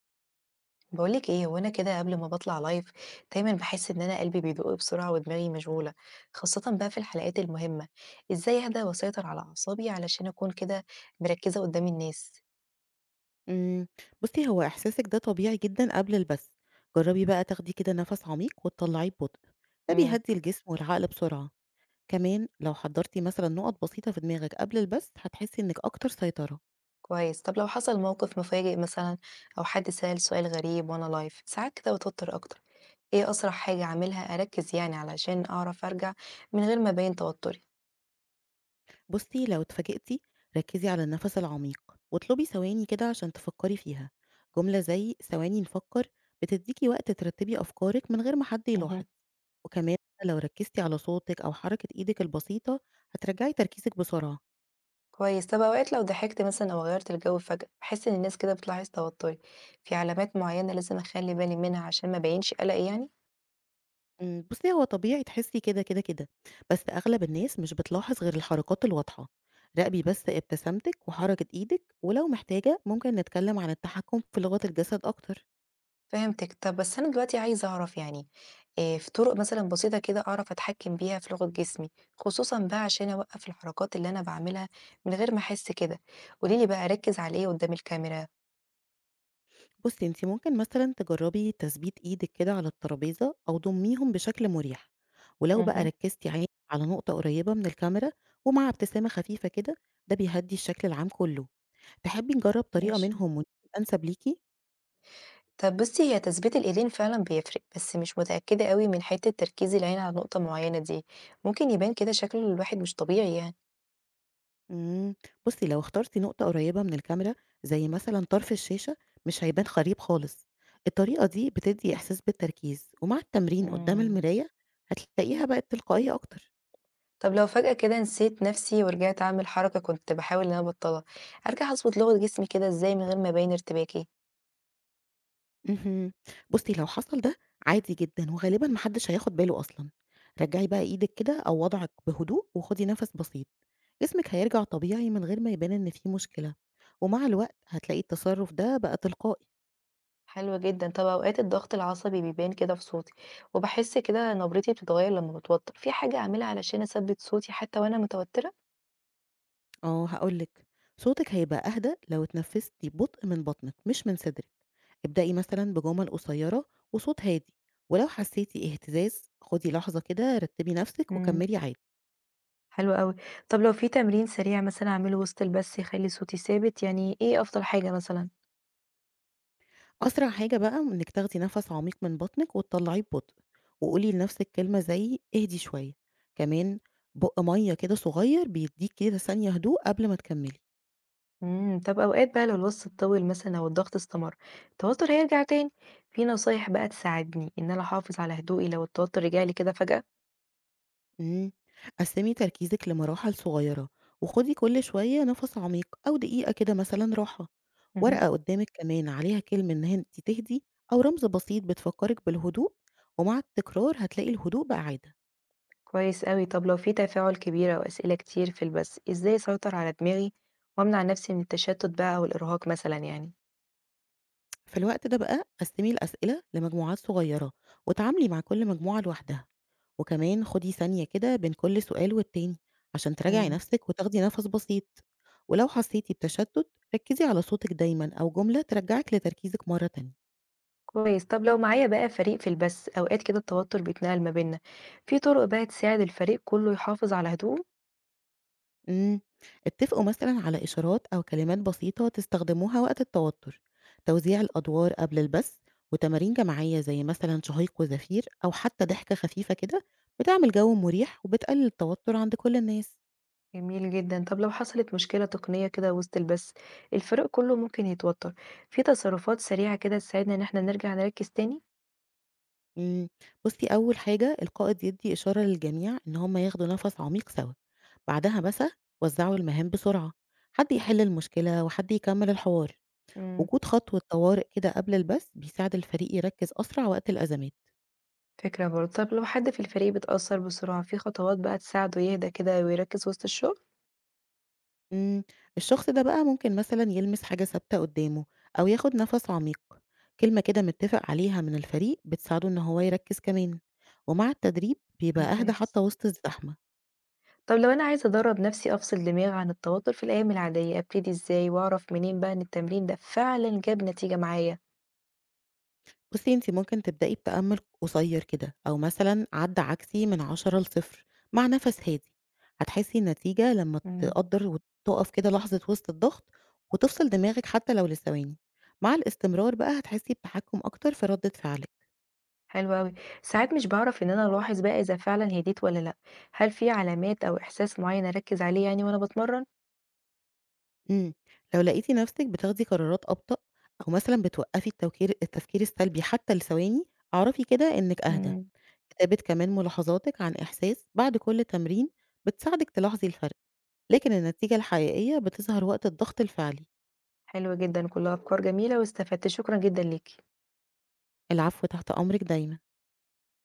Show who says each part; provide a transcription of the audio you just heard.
Speaker 1: بقولك ايه وانا كده قبل ما بطلع لايف. دايما بحس ان انا قلبي بيدق بسرعة ودماغي مشغولة، خاصة بقى في الحلقات المهمة. ازاي اهدى واسيطر على اعصابي علشان اكون كده مركزة قدام الناس؟
Speaker 2: إمم، بُصّي هو إحساسِك ده طبيعي جدًا قبل البث، جرّبي بقى تاخدي كده نَفَس عميق وتطلّعيه ببطء، ده
Speaker 1: امم
Speaker 2: بيهدّي الجسم والعقل بسرعة، كمان لو حضّرتِ مثلًا نُقط بسيطة في دماغِك قبل البث هتحسّي إنِّك أكتر سيطرة،
Speaker 1: كويس، طب لو حصل موقف مفاجئ مثلا او حد سأل سؤال غريب وانا لايف ساعات كده بتوتر اكتر، ايه اسرع حاجة اعملها اركز يعني علشان اعرف ارجع من غير ما ابين توتري؟
Speaker 2: بُصّي لو اتفاجئتِ ركّزي على النَفَس العميق، واطلبي ثواني كده عشان تفكّري فيها، جملة زي ثواني نفكّر بتدّيكِ وقت ترتّبي أفكارِك من غير ما حد
Speaker 1: مهم.
Speaker 2: يلاحظ، وكمان لو ركّزتِ على صوتِك أو حركة إيدِك البسيطة هترجّعي تركيزِك بسرعة.
Speaker 1: كويس، طب أوقات لو ضحكت مثلًا أو غيّرت الجو فجأة، باحس إن الناس كده بتلاحظ توتُّري، في علامات معيّنة لازم أخلّي بالي منها عشان ما أبيّنش قلقي يعني؟
Speaker 2: بُصّي هو طبيعي تحسّي كده، كده، كده، بس أغلب الناس مش بتلاحظ غير الحركات الواضحة، راقبي بس ابتسامتِك وحركة إيدِك، ولو محتاجة ممكن نتكلّم عن التحكم في لغة الجسد أكتر.
Speaker 1: فهمتِك، طب بس أنا دلوقتي عايزة أعرف يعني في طُرق مثلًا بسيطة كده أعرف أتحكّم بيها في لغة جسمي، خصوصًا بقى عشان أوقّف الحركات اللي أنا باعملها من غير ما أحس كده، قولي لي بقى أركّز على إيه قدّام الكاميرا؟
Speaker 2: بُصّي أنتِ ممكن مثلًا تجرّبي تثبيت إيدِك كده على الترابيزة أو ضُمّيهم بشكل مريح، ولو بقى
Speaker 1: اهم،
Speaker 2: ركّزتِ عينِك على نقطة قريّبة من الكاميرا ومع ابتسامة خفيفة كده، ده بيهدّي الشكل العام كُلّه. تحبّي نجرّب طريقة
Speaker 1: ماشي.
Speaker 2: منهم وتكون أنسب ليكِ؟
Speaker 1: طب بُصّي، هي تثبيت الإيدين فعلًا بيفرق، بس مش متأكدة أوي من حتّة تركيز العين على نقطة معيّنة دي، ممكن يبان كده شكل الواحد مش طبيعي يعني.
Speaker 2: إمم، بُصّي لو اخترتِ نقطة قريبة من الكاميرا زي مثلًا طرف الشاشة مش هيبان خريب خالص، الطريقة دي بتدّي إحساس بالتركيز، ومع التمرين قدّام
Speaker 1: إمم.
Speaker 2: المراية هتلاقيها بقت تلقائية أكتر.
Speaker 1: طب لو فجأة كده نسيت نَفْسي ورجعت أعمل حركة كنت باحاول إن أنا أبطّلها، أرجع أضبط لغة جسمي كده إزاي من غير ما أبيّن ارتباكي؟
Speaker 2: اهم. بُصّي لو حصل ده عادي جدًا، وغالبًا ما حدش هياخد باله أصلًا. رجّعي بقى إيدِك كده أو وضعِك بهدوء وخُدي نَفَس بسيط، جسمِك هيرجع طبيعي من غير ما يبان إن في مشكلة، ومع الوقت هتلاقي التصرف ده بقى تلقائي.
Speaker 1: حلو جدًا. طب أوقات الضغط العصبي بيبان كده في صوتي، وباحس كده نبرتي بتتغيّر لمّا باتوتّر، في حاجة أعملها علشان أثبّت صوتي حتى وأنا متوتّرة؟
Speaker 2: آه هاقول لِك، صوتِك هيبقى أهدى لو اتنفستِ ببطء من بطنِك مش من صدرِك، ابدئي مثلًا بجمل قصيرة وصوت هادي، ولو حسيتِ اهتزاز خدي لحظة كده رتبي نفسِك
Speaker 1: إمم،
Speaker 2: وكملي عادي،
Speaker 1: حلو أوي. طب لو في تمرين سريع مثلًا أعمله وسط البث يخلّي صوتي ثابت، يعني إيه أفضل حاجة مثلًا؟
Speaker 2: أسرع حاجة بقى إنِك تاخدي نفس عميق من بطنِك وتطلعيه ببطء، وقولي لنفسِك كلمة زي اهدي شوية، كمان بُق مَيّة كده صغير بيديك كده ثانية هدوء قبل ما تكملي.
Speaker 1: طب أوقات بقى لو الوصف اتطوّل مثلًا أو الضغط استمر، التوتر هيرجع تاني، في نصايح بقى تساعدني إن أنا أحافظ على هدوئي لو التوتر رجع لي كده فجأة؟
Speaker 2: إمم، قسّمي تركيزِك لمراحل صغيرة، وخدي كل شوية نَفَس عميق أو دقيقة كده مثلًا راحة،
Speaker 1: اهم.
Speaker 2: ورقة قدّامِك كمان عليها كلمة إن أنتِ تهدي أو رمز بسيط بتفكّرِك بالهدوء، ومع التكرار هتلاقي الهدوء بقى عادة،
Speaker 1: كويس أوي، طب لو في تفاعل كبير أو أسئلة كتير في البث، إزاي أسيطر على دماغي وأمنع نفسي من التشتت بقى أو الإرهاق مثلًا يعني؟
Speaker 2: في الوقت ده بقى قسّمي الأسئلة لمجموعات صغيرة، واتعاملي مع كل مجموعة لوحدها، وكمان خدي ثانية كده بين كل سؤال والتاني عشان تراجعي
Speaker 1: إمم.
Speaker 2: نَفْسِك وتاخدي نَفَس بسيط، ولو حسيتِ بتشتُّت ركّزي على صوتِك دايمًا أو جملة ترجّعِك لتركيزِك مرّة تانية.
Speaker 1: كويس، طب لو معايا بقى فريق في البث، أوقات كده التوتر بيتنقل ما بيننا، في طرق بقى تساعد الفريق كله يحافظ على هدوءه؟
Speaker 2: إمم، اتفقوا مثلًا على إشارات أو كلمات بسيطة تستخدموها وقت التوتر، توزيع الأدوار قبل البث، وتمارين جماعية زي مثلًا شهيق وزفير أو حتى ضحكة خفيفة كده بتعمل جو مريح وبتقلل التوتر عند كل الناس.
Speaker 1: جميل جدًا. طب لو حصلت مشكلة تقنية كده وسط البث، الفريق كله ممكن يتوتر، في تصرفات سريعة كده تساعدنا إن إحنا نرجع نركز تاني؟
Speaker 2: إمم، بُصّي أول حاجة القائد يدّي إشارة للجميع إن هم ياخدوا نفس عميق سوا، بعدها مثلًا وزعوا المهام بسرعة، حد يحل المشكلة وحد يكمل الحوار،
Speaker 1: إمم،
Speaker 2: وجود خطوة طوارئ كده قبل البث بيساعد الفريق يركز أسرع وقت الأزمات.
Speaker 1: فكرة برضه. طب لو حد في الفريق بيتأثر بسرعة، في خطوات بقى تساعده يهدى كده ويركز وسط الشغل؟
Speaker 2: إمم، الشخص ده بقى ممكن مثلًا يلمس حاجة ثابتة قدّامه، أو ياخد نفس عميق، كلمة كده متفق عليها من الفريق بتساعده إن هو يركز كمان، ومع التدريب بيبقى أهدى
Speaker 1: ممتاز.
Speaker 2: حتى وسط الزحمة.
Speaker 1: طب لو أنا عايزة أدرب نفسي أفصل دماغي عن التوتر في الأيام العادية، أبتدي إزاي وأعرف منين بقى إن التمرين ده فعلًا جاب نتيجة معايا؟
Speaker 2: بُصي أنتِ ممكن تبدئي بتأمل قصير كده، أو مثلًا عد عكسي من 10 ل0 مع نفس هادي، هتحسي النتيجة لما
Speaker 1: إمم.
Speaker 2: تقدر وتقف كده لحظة وسط الضغط، وتفصل دماغك حتى لو لثواني، مع الاستمرار بقى هتحسي بتحكم أكتر في ردة فعلِك.
Speaker 1: حلو أوي. ساعات مش باعرف إن أنا ألاحظ بقى إذا فعلًا هديت والّا لأ، هل في علامات أو إحساس معيّن أركّز عليه يعني وأنا باتمرّن؟
Speaker 2: إمم، لو لقيتِ نفسِك بتاخدي قرارات أبطأ أو مثلًا بتوقّفي التفكير السلبي حتى لثواني، اعرفي كده إنِك أهدى،
Speaker 1: إمم،
Speaker 2: كتابة كمان ملاحظاتِك عن إحساس بعد كل تمرين بتساعدِك تلاحظي الفرق، لكن النتيجة الحقيقية بتظهر وقت الضغط الفعلي.
Speaker 1: حلو جدًا، كلّها أفكار جميلة واستفدت، شكرًا جدًا ليكِ.
Speaker 2: العفو، تحت أمرِك دايمًا.